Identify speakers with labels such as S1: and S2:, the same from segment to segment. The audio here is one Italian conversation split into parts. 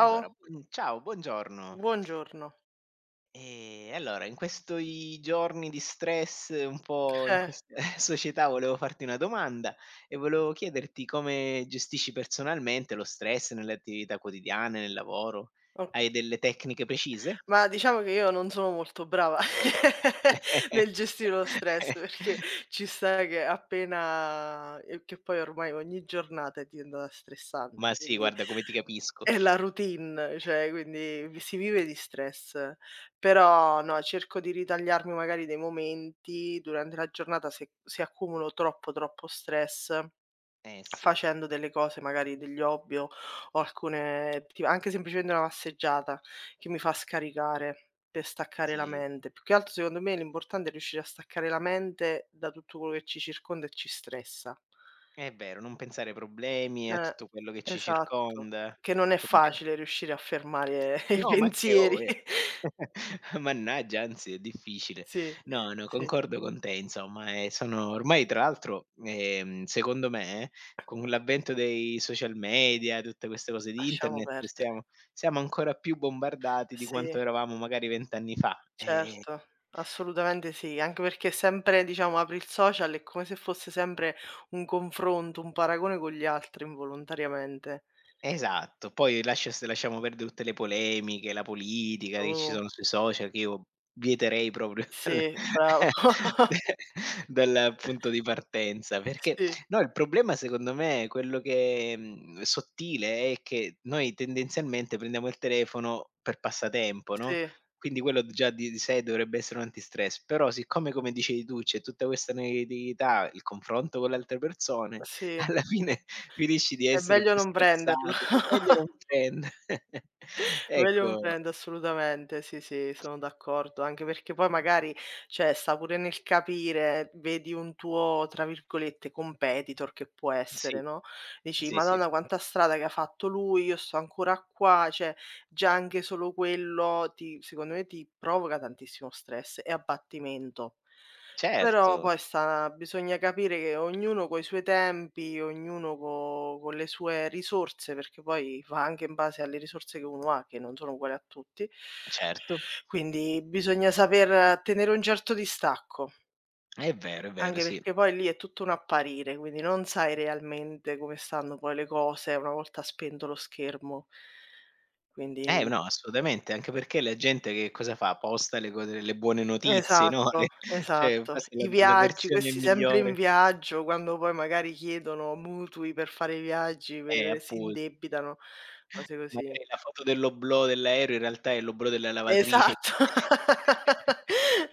S1: Allora, buon ciao, buongiorno.
S2: buongiorno.
S1: Allora in questi giorni di stress, un po' in
S2: Eh,
S1: questa società, volevo farti una domanda e volevo chiederti come gestisci personalmente lo stress nelle attività quotidiane, nel lavoro.
S2: o
S1: Hai delle tecniche precise?
S2: Ma diciamo che io non sono molto brava nel gestire lo stress, perché ci sta che appena che poi ormai ogni giornata è diventata
S1: Ma
S2: stressante,
S1: sì,
S2: quindi
S1: guarda come ti capisco.
S2: è la routine, cioè quindi vi si vive di stress. Però no, cerco di ritagliarmi magari dei momenti durante la giornata se accumulo troppo, troppo stress,
S1: Eh sì,
S2: facendo delle cose, magari degli hobby o alcune ti anche semplicemente una passeggiata che mi fa scaricare, per staccare la
S1: sì.
S2: mente. Più che altro secondo me l'importante è riuscire a staccare la mente da tutto quello che ci circonda e ci stressa.
S1: È vero, non pensare ai problemi e a
S2: Eh,
S1: tutto quello che ci
S2: esatto,
S1: circonda,
S2: che non è
S1: che maga
S2: facile riuscire a fermare i
S1: no, ma che oh,
S2: pensieri.
S1: eh. Mannaggia, anzi è difficile.
S2: Sì,
S1: No, no,
S2: sì,
S1: concordo con te insomma, sono ormai tra l'altro, secondo me, con l'avvento dei social media, tutte queste cose di
S2: lasciamo
S1: internet,
S2: perdere.
S1: stiamo siamo ancora più bombardati di quanto
S2: Sì.
S1: eravamo magari 20 anni fa.
S2: Certo, assolutamente sì, anche perché sempre diciamo apri il social è come se fosse sempre un confronto, un paragone con gli altri involontariamente.
S1: Esatto, poi lasciamo perdere tutte le polemiche, la politica che ci
S2: Oh,
S1: sono sui social, che io vieterei proprio
S2: sì, bravo.
S1: dal punto di partenza, perché
S2: Sì,
S1: no, il problema secondo me, quello che sottile, è che noi tendenzialmente prendiamo il telefono per passatempo, no,
S2: sì,
S1: quindi quello già di sé dovrebbe essere un antistress, però siccome, come dicevi tu, c'è tutta questa negatività, il confronto con le altre persone,
S2: sì,
S1: alla fine finisci di
S2: è
S1: essere più
S2: meglio non prenderlo.
S1: stressato, meglio non prende
S2: Meglio un
S1: Ecco,
S2: friend assolutamente, sì, sì, sono d'accordo, anche perché poi magari, cioè, sta pure nel capire, vedi un tuo, tra virgolette, "competitor" che può essere,
S1: sì.
S2: no, dici:
S1: Sì, sì.
S2: "Madonna quanta strada che ha fatto lui, io sto ancora qua", cioè già anche solo quello ti secondo me ti provoca tantissimo stress e abbattimento. Però poi
S1: Certo,
S2: sta bisogna capire che ognuno coi suoi tempi, ognuno co con le sue risorse, perché poi va anche in base alle risorse che uno ha, che non sono uguali a tutti.
S1: certo.
S2: Quindi bisogna saper tenere un certo distacco,
S1: È vero,
S2: anche
S1: sì.
S2: perché poi lì è tutto un apparire, quindi non sai realmente come stanno poi le cose una volta spento lo schermo. Quindi
S1: No, assolutamente, anche perché la gente che cosa fa? Posta le buone notizie, no,
S2: esatto,
S1: le cioè,
S2: esatto.
S1: questa è la
S2: I
S1: la
S2: viaggi,
S1: versione
S2: questi sempre in
S1: migliore.
S2: viaggio, quando poi magari chiedono mutui per fare i viaggi, per si
S1: Appun
S2: indebitano, cose così.
S1: Magari la foto dell'oblò dell'aereo in realtà è l'oblò della lavatrice.
S2: Esatto.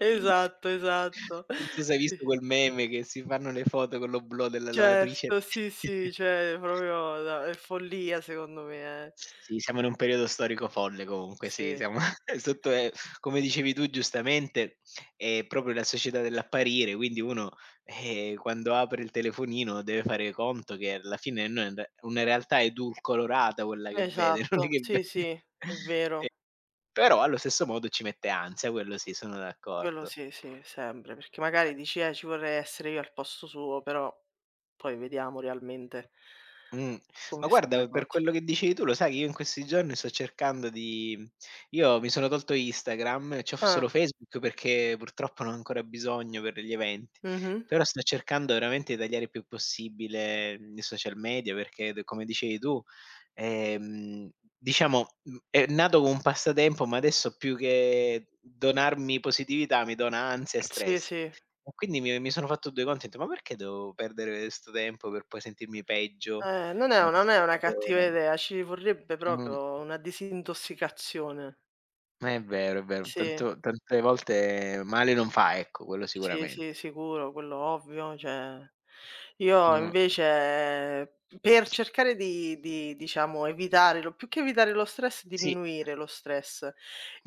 S2: Esatto, esatto.
S1: Non so se hai
S2: Sì,
S1: visto quel meme che si fanno le foto con l'oblò della lavatrice.
S2: certo, sì, sì, cioè proprio da è follia secondo me, eh.
S1: Sì, siamo in un periodo storico folle comunque, sì,
S2: Sì,
S1: siamo sotto, come dicevi tu giustamente, è proprio la società dell'apparire, quindi uno, quando apre il telefonino deve fare conto che alla fine non è una realtà edulcorata quella che vede, non è
S2: esatto,
S1: che ve
S2: sì, sì, è vero.
S1: però allo stesso modo ci mette ansia, quello sì, sono
S2: Quello
S1: d'accordo.
S2: sì, sì, sempre, perché magari dici: ci vorrei essere io al posto suo", però poi vediamo realmente
S1: Mh. Ma
S2: come stanno le
S1: guarda, per
S2: cose.
S1: quello che dicevi tu, lo sai che io in questi giorni sto cercando di io mi sono tolto Instagram, e c'ho f
S2: Ah,
S1: solo Facebook perché purtroppo ne ho ancora bisogno per gli eventi,
S2: mh-mh.
S1: però sto cercando veramente di tagliare il più possibile i social media perché d come dicevi tu, ehm, diciamo, è nato come un passatempo, ma adesso più che donarmi positività, mi dona ansia e
S2: Sì,
S1: stress.
S2: sì.
S1: E quindi mi sono fatto 2 conti, ho detto: "Ma perché devo perdere 'sto tempo per poi sentirmi peggio?"
S2: Non è non è una cattiva
S1: Rispetto
S2: idea, ci vorrebbe
S1: mh,
S2: proprio una disintossicazione.
S1: è vero, è vero.
S2: Sì.
S1: Tanto tante volte male non fa, ecco, quello
S2: Sì, sì,
S1: sicuramente.
S2: sicuro, quello ovvio, cioè io
S1: Mh.
S2: invece per cercare di diciamo evitare lo più che evitare lo stress,
S1: Sì,
S2: diminuire lo stress,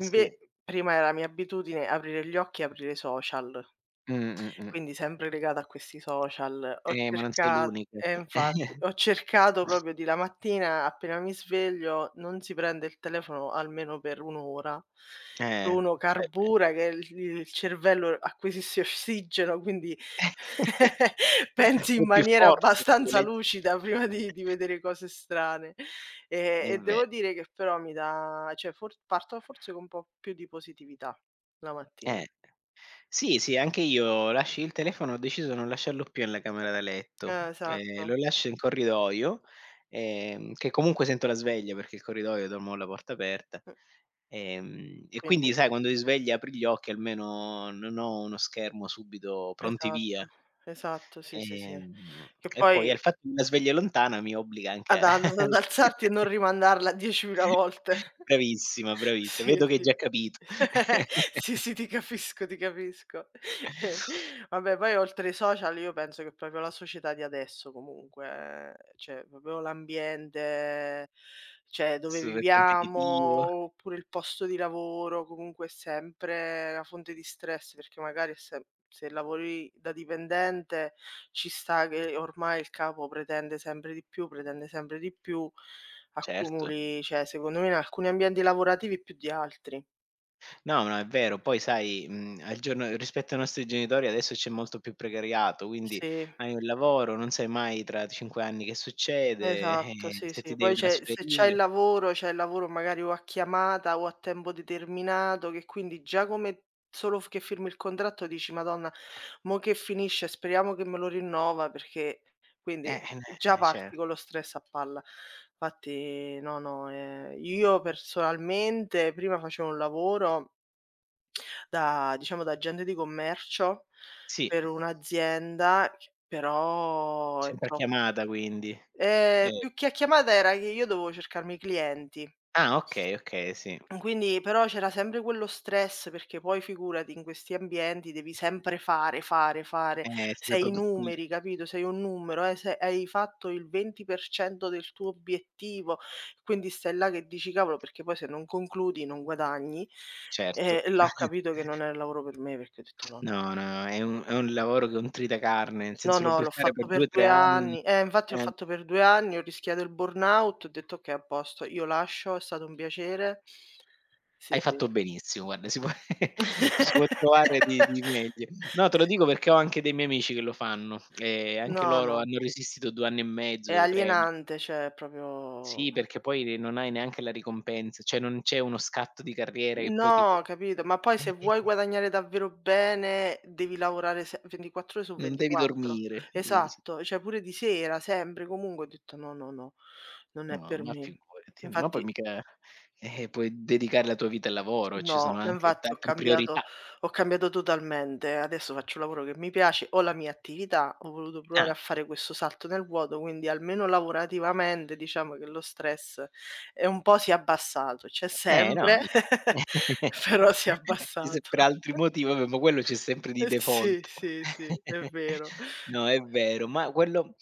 S1: sì.
S2: prima era mia abitudine aprire gli occhi e aprire i social.
S1: Mh, mh, mh.
S2: Quindi sempre legata a questi social. Ho
S1: Ma non sei
S2: cerca
S1: l'unica.
S2: Eh, infatti, ho cercato proprio di la mattina appena mi sveglio non si prende il telefono almeno per 1 ora, che uno
S1: Eh.
S2: carbura, che il cervello acquisisce ossigeno, quindi pensi
S1: È
S2: in
S1: più
S2: maniera
S1: forte quando
S2: abbastanza
S1: leggi
S2: lucida prima di vedere cose strane.
S1: è
S2: E
S1: ve
S2: devo dire che però mi dà cioè for parto forse con un po' più di positività la
S1: eh.
S2: mattina.
S1: Sì, sì, anche io lasci il telefono ho deciso non lasciarlo più nella camera da letto. Ehm,
S2: Esatto.
S1: lo lascio in corridoio, che comunque sento la sveglia perché il corridoio dormo con la porta aperta.
S2: Mh,
S1: E
S2: quindi
S1: quindi sai quando ti svegli apri gli occhi almeno non ho uno schermo subito pronti via.
S2: esatto, esatto, sì, sì, sì.
S1: Ehm,
S2: Che
S1: e poi
S2: poi
S1: al fatto che la sveglia lontana mi obbliga anche
S2: ad
S1: a.
S2: ad ad alzarti e non rimandarla 10.000 volte.
S1: Bravissima, bravissima,
S2: Sì,
S1: vedo che hai
S2: sì.
S1: già capito.
S2: Sì, sì, ti capisco, ti capisco. Vabbè, poi oltre ai social io penso che proprio la società di adesso comunque, cioè proprio l'ambiente, cioè dove
S1: Super
S2: viviamo,
S1: competitivo,
S2: oppure il posto di lavoro, comunque è sempre una fonte di stress, perché magari se lavori da dipendente ci sta che ormai il capo pretende sempre di più, pretende sempre di più.
S1: certo.
S2: Accumuli, cioè secondo me in alcuni ambienti lavorativi più di altri.
S1: No, no, è vero. Poi sai, al giorno rispetto ai nostri genitori adesso c'è molto più precariato, quindi
S2: Sì,
S1: hai un lavoro, non sai mai tra 5 anni che succede,
S2: esatto, sì,
S1: se ti
S2: sì.
S1: devi
S2: Poi c'è se c'hai il
S1: trasferire.
S2: lavoro, c'hai il lavoro magari o a chiamata o a tempo determinato, che quindi già come solo f che firmi il contratto dici: "Madonna, mo che finisce, speriamo che me lo rinnova", perché
S1: Eh,
S2: quindi già
S1: cer
S2: parti con lo stress a palla. Infatti no, no, io personalmente prima facevo un lavoro da, diciamo, da agente di commercio
S1: sì,
S2: per un'azienda ch però è
S1: sempre a
S2: tro
S1: chiamata quindi. Eh
S2: più che a chiamata era che io dovevo cercarmi i clienti,
S1: ah okay, okay, sì.
S2: quindi però c'era sempre quello stress perché poi figurati in questi ambienti devi sempre fare, fare, fare.
S1: Sempre
S2: Sei i
S1: produttiv
S2: numeri, capito, sei un numero, se hai fatto il 20% del tuo obiettivo, quindi stai là che dici: "Cavolo", perché poi se non concludi non guadagni.
S1: certo.
S2: E là ho capito che non è il lavoro per me perché ho detto: "No". No.
S1: No, no, è un lavoro che è un tritacarne, nel
S2: No,
S1: senso lo
S2: no,
S1: puoi
S2: l'ho
S1: fare
S2: fatto
S1: per 2,
S2: per
S1: 3
S2: 2
S1: anni.
S2: anni. Infatti l'ho
S1: Eh.
S2: fatto per 2 anni, ho rischiato il burnout, ho detto: "Okay, a posto, io lascio, è stato un piacere."
S1: Hai
S2: Sì,
S1: fatto
S2: sì.
S1: benissimo, guarda, si può si può trovare di di meglio. No, te lo dico perché ho anche dei miei amici che lo fanno, e anche
S2: No,
S1: loro
S2: no,
S1: hanno resistito 2 anni e
S2: è
S1: mezzo, 3.
S2: alienante, cioè è proprio
S1: Sì, perché poi non hai neanche la ricompensa, cioè non c'è uno scatto di carriera che poi tipo
S2: no, capito, ma poi se
S1: eh, eh,
S2: vuoi guadagnare davvero bene devi lavorare se 24 ore su
S1: non devi
S2: 24.
S1: dormire. Sì, sì.
S2: Esatto, cioè pure di sera, sempre, comunque, ho detto: "No, no, no, non è
S1: No,
S2: per
S1: ma
S2: me."
S1: figurati, ma poi
S2: Infatti.
S1: mica, puoi dedicare la tua vita al lavoro, ci sono
S2: No, ma
S1: anche
S2: infatti ho
S1: tante
S2: cambiato
S1: priorità.
S2: ho cambiato totalmente. Adesso faccio un lavoro che mi piace, ho la mia attività, ho voluto provare
S1: Ah.
S2: a fare questo salto nel vuoto, quindi almeno lavorativamente diciamo che lo stress è un po' si è abbassato, c'è
S1: No,
S2: sempre,
S1: eh.
S2: però si è
S1: Sì, se
S2: abbassato.
S1: per altri motivi, vabbè, ma quello c'è sempre di
S2: Eh sì,
S1: default.
S2: sì, sì, è vero.
S1: No, è vero, ma quello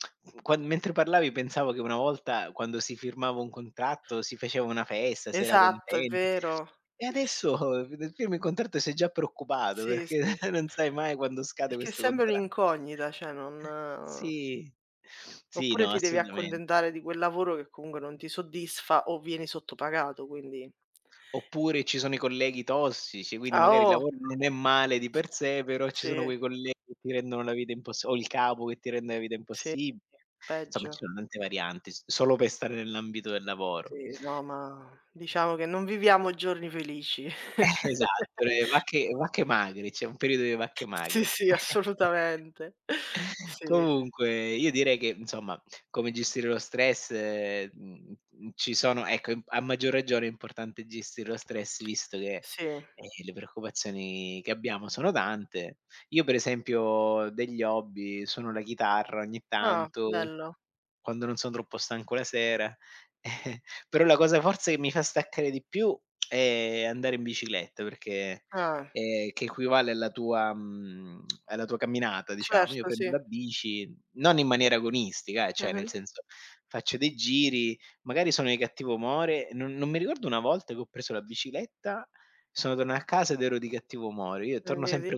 S1: quan mentre parlavi pensavo che una volta quando si firmava un contratto si faceva una festa, si era
S2: Esatto, è
S1: contenti
S2: vero.
S1: e adesso, nel firmi il contratto sei già preoccupato
S2: Sì,
S1: perché
S2: sì.
S1: non sai mai quando scade
S2: Perché è
S1: questo
S2: sempre
S1: contratto.
S2: un'incognita, cioè non
S1: Sì. Sì,
S2: oppure
S1: no,
S2: ti devi
S1: assolutamente.
S2: accontentare di quel lavoro che comunque non ti soddisfa o vieni sottopagato, quindi
S1: Oppure ci sono i colleghi tossici, quindi
S2: ah,
S1: magari il
S2: oh!
S1: lavoro non è male di per sé, però ci sono
S2: Sì,
S1: quei colleghi che ti rendono la vita impossi o il capo che ti rende la vita
S2: sì,
S1: impossibile. Insomma ci
S2: peggio.
S1: sono tante varianti, s solo per stare nell'ambito del lavoro.
S2: Sì, no, ma diciamo che non viviamo giorni felici.
S1: Esatto, le vacche magre, c'è un periodo di vacche
S2: Sì,
S1: magre.
S2: sì, assolutamente. Sì,
S1: Comunque io direi che, insomma, come gestire lo stress, ci sono ecco, im a maggior ragione è importante gestire lo stress visto che,
S2: sì.
S1: ehm, le preoccupazioni che abbiamo sono tante. Io per esempio ho degli hobby, suono la chitarra ogni
S2: Ah,
S1: tanto,
S2: bello.
S1: quando non son troppo stanco la sera, però la cosa forse che mi fa staccare di più è andare in bicicletta, perché
S2: Ah,
S1: che equivale alla tua camminata diciamo. Io
S2: certo, sì.
S1: prendo la bici, non in maniera agonistica cioè nel
S2: Mh-mh.
S1: senso, faccio dei giri, magari sono di cattivo umore, non mi ricordo una volta che ho preso la bicicletta, sono tornato a casa ed ero di cattivo umore. Io torno
S2: Vedi?
S1: sempre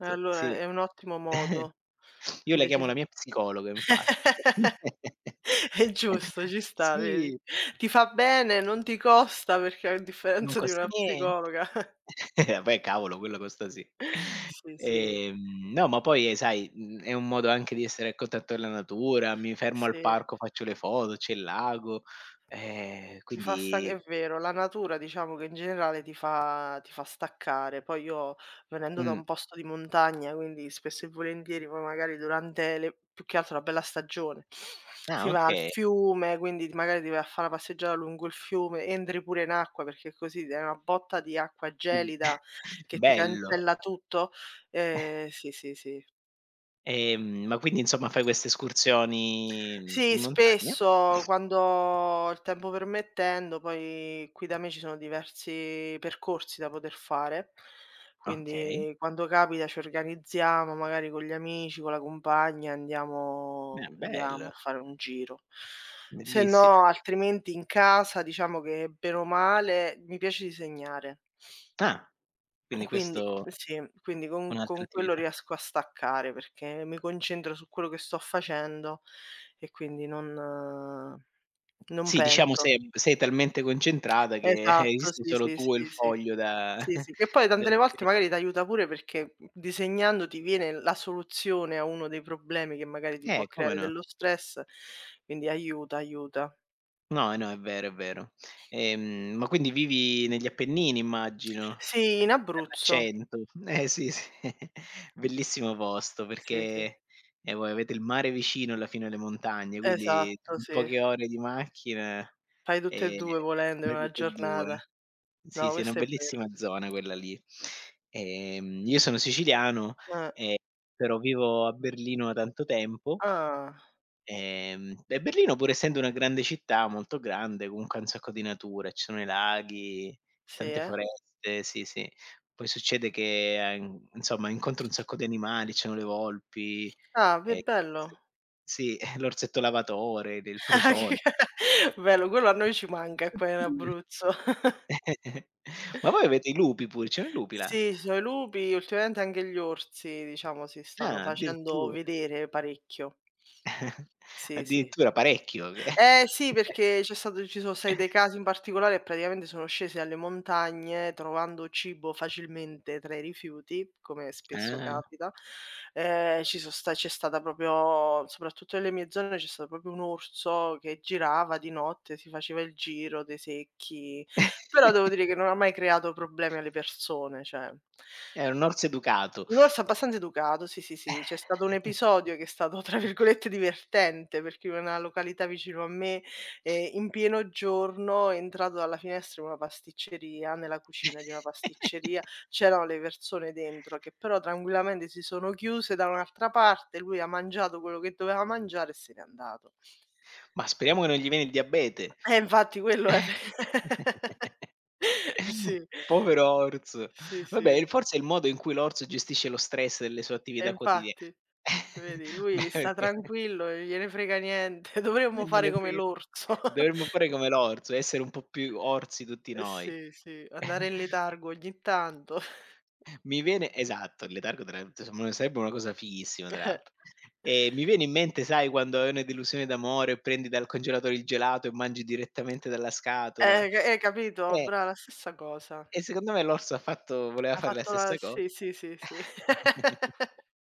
S2: E
S1: sì.
S2: allora è un ottimo modo.
S1: Io la chiamo
S2: Decisa
S1: la mia psicologa infatti.
S2: è giusto, ci sta, vedi.
S1: Sì,
S2: Ti fa bene, non ti costa perché a
S1: non
S2: differenza di
S1: costa
S2: una
S1: niente.
S2: psicologa.
S1: Eh beh, cavolo, quello costa sì.
S2: Sì, sì,
S1: No, ma poi, sai, è un modo anche di essere a contatto della natura, mi fermo al
S2: sì.
S1: parco, faccio le foto, c'è il lago,
S2: Ti fa sta
S1: quindi
S2: È vero, la natura diciamo che in generale ti fa staccare. Poi io venendo da
S1: mh,
S2: un posto di montagna, quindi spesso e volentieri poi magari durante le più che altro la bella stagione,
S1: ah
S2: si va al
S1: okay,
S2: fiume, quindi magari ti vai a fa' 'na passeggiata lungo il fiume, entri pure in acqua perché così dai una botta di acqua
S1: mh,
S2: gelida che ti
S1: bello.
S2: cancella tutto. Sì, sì, sì.
S1: Ma quindi insomma fai queste escursioni,
S2: Sì,
S1: in montagna?
S2: spesso quando il tempo permettendo, poi qui da me ci sono diversi percorsi da poter fare,
S1: Okay,
S2: quindi quando capita ci organizziamo magari con gli amici, con la compagna, andiamo
S1: bello,
S2: a fare un giro. Se
S1: bellissimo.
S2: no altrimenti in casa diciamo che bene o male mi piace disegnare.
S1: Ah, quindi
S2: Quindi
S1: questo
S2: sì, quindi con
S1: un'altra
S2: con quello
S1: attività.
S2: riesco a staccare perché mi concentro su quello che sto facendo e quindi non non
S1: Sì, diciamo
S2: penso.
S1: sei talmente concentrata che,
S2: Esatto,
S1: esiste
S2: sì,
S1: solo
S2: sì,
S1: tu e il
S2: sì, sì.
S1: foglio da
S2: Sì, sì, che poi
S1: da
S2: tante le volte
S1: dipingere.
S2: magari t'aiuta pure perché, disegnando ti viene la soluzione a uno dei problemi che magari ti può
S1: Eh, come
S2: creare
S1: no?
S2: dello stress, quindi aiuta, aiuta.
S1: No, eh no, è vero, è vero. Ma quindi vivi negli Appennini immagino?
S2: Sì, in
S1: Per
S2: Abruzzo.
S1: l'accento. Eh sì, sì. Bellissimo posto
S2: Sì, sì.
S1: perché, voi avete il mare vicino alla fine alle montagne, quindi
S2: Esatto,
S1: in
S2: sì.
S1: poche ore di macchina,
S2: Fai tutte e
S1: ehm,
S2: 2 volendo in
S1: fai
S2: una
S1: tutte e
S2: giornata.
S1: 2. Sì,
S2: No,
S1: sì, è una
S2: questo è vero.
S1: bellissima zona quella lì. Io sono siciliano,
S2: Eh.
S1: ehm, però vivo a Berlino da tanto tempo.
S2: Ah,
S1: E Berlino pur essendo una grande città, molto grande, comunque ha un sacco di natura, ci sono i laghi,
S2: sì,
S1: tante
S2: eh?
S1: foreste, sì, sì. Poi succede che, insomma incontro un sacco di animali, ci sono le volpi,
S2: Ah,
S1: ehm,
S2: beh, bello.
S1: s sì, l'orsetto lavatore, del
S2: Ah, che
S1: procione.
S2: bello, quello a noi ci manca qua in
S1: Oddio.
S2: Abruzzo.
S1: Ma voi avete i lupi pure, ci sono i lupi là?
S2: Sì, ci sono i lupi, ultimamente anche gli orsi, diciamo, si stanno
S1: Ah,
S2: facendo
S1: addirittura.
S2: vedere parecchio. Sì, sì.
S1: Addirittura parecchio che
S2: Eh sì, perché c'è stato ci sono stati dei casi in particolare e praticamente sono scesi alle montagne trovando cibo facilmente tra i rifiuti, come spesso
S1: Ah.
S2: capita. Ci so sta C'è stata proprio soprattutto nelle mie zone, c'è stato proprio un orso che girava di notte, si faceva il giro dei secchi, però devo dire che non ha mai creato problemi alle persone, cioè
S1: È un orso educato.
S2: un orso abbastanza educato, sì, sì, sì. C'è stato un episodio che è stato tra virgolette "divertente" perché in una località vicino a me, in pieno giorno è entrato dalla finestra in una pasticceria, nella cucina di una pasticceria, c'erano le persone dentro che però tranquillamente si sono chiuse da un'altra parte, lui ha mangiato quello che doveva mangiare e se n'è andato.
S1: Ma speriamo che non gli viene il diabete.
S2: Eh infatti quello è pe. Sì,
S1: Povero orso.
S2: sì,
S1: Vabbè,
S2: sì.
S1: il forse è il modo in cui l'orso gestisce lo stress delle sue
S2: E
S1: attività quotidia.
S2: infatti. Vedi,
S1: Beh,
S2: lui sta
S1: perché
S2: tranquillo, non gliene frega niente.
S1: non
S2: Dovremmo fare
S1: gliene
S2: come
S1: frega.
S2: l'orso.
S1: Dovremmo fare come l'orso, essere un po' più orsi tutti
S2: Eh
S1: noi.
S2: sì, sì, andare in letargo ogni tanto.
S1: Mi viene esatto, il letargo tra insomma, sarebbe una cosa fighissima tra
S2: Eh,
S1: l'altro. Mi viene in mente, sai, quando hai una delusione d'amore o prendi dal congelatore il gelato e mangi direttamente dalla scatola.
S2: c Capito?
S1: Eh,
S2: Brava, la stessa cosa.
S1: e secondo me l'orso ha fatto voleva
S2: Ha
S1: fare la
S2: fatto la
S1: stessa cosa.
S2: sì, sì, sì, sì.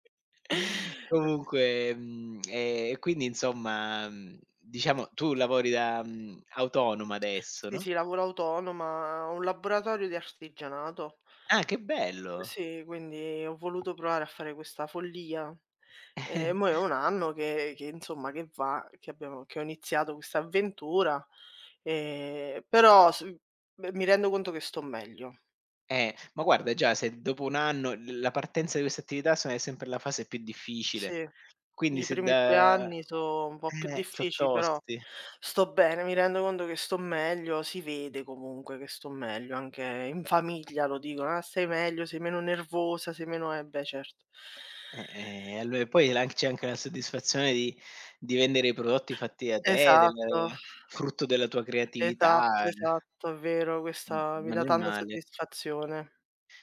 S1: Comunque, e quindi insomma, diciamo tu lavori da, autonoma adesso,
S2: Sì,
S1: no?
S2: sì, lavoro autonoma, ho un laboratorio di artigianato.
S1: Ah, che bello!
S2: Sì, quindi ho voluto provare a fare questa follia, e mo' è 1 anno che insomma che va che abbiamo che ho iniziato questa avventura, però s beh, mi rendo conto che sto meglio.
S1: Ma guarda già se dopo 1 anno l la partenza di queste attività sono è sempre la fase più difficile,
S2: Sì,
S1: quindi
S2: i
S1: se
S2: primi 2
S1: da.
S2: anni
S1: Eh,
S2: so' un po' più
S1: so'
S2: difficili, però
S1: tosti.
S2: sto bene, mi rendo conto che sto meglio, si vede comunque che sto meglio, anche in famiglia lo dicono: "Ah, stai meglio, sei meno nervosa, sei meno" beh certo.
S1: Eh, allo e poi la c'è anche la soddisfazione di vendere i prodotti fatti da te, del
S2: Esatto.
S1: frutto della tua creatività,
S2: Esatto,
S1: ehm,
S2: esatto, è vero,
S1: mh,
S2: questa mi
S1: non
S2: dà
S1: è
S2: tanta
S1: male.
S2: soddisfazione.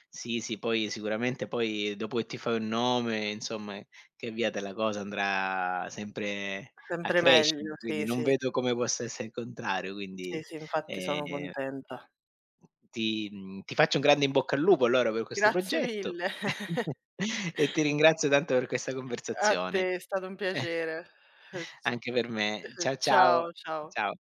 S1: Sì, sì, poi sicuramente poi dopo che ti fai un nome, insomma, che via te la cosa andrà sempre a
S2: Sempre
S1: crescere,
S2: meglio,
S1: quindi
S2: sì,
S1: non
S2: sì.
S1: vedo come possa essere il contrario,
S2: Sì,
S1: quindi,
S2: sì, infatti sono
S1: ehm
S2: contenta.
S1: Ti faccio un grande in bocca al lupo allora per questo
S2: Grazie
S1: progetto
S2: mille.
S1: e ti ringrazio tanto per questa
S2: A
S1: conversazione.
S2: te, è stato un piacere.
S1: Anche per me. Ciao, ciao.
S2: Ciao, ciao.
S1: Ciao.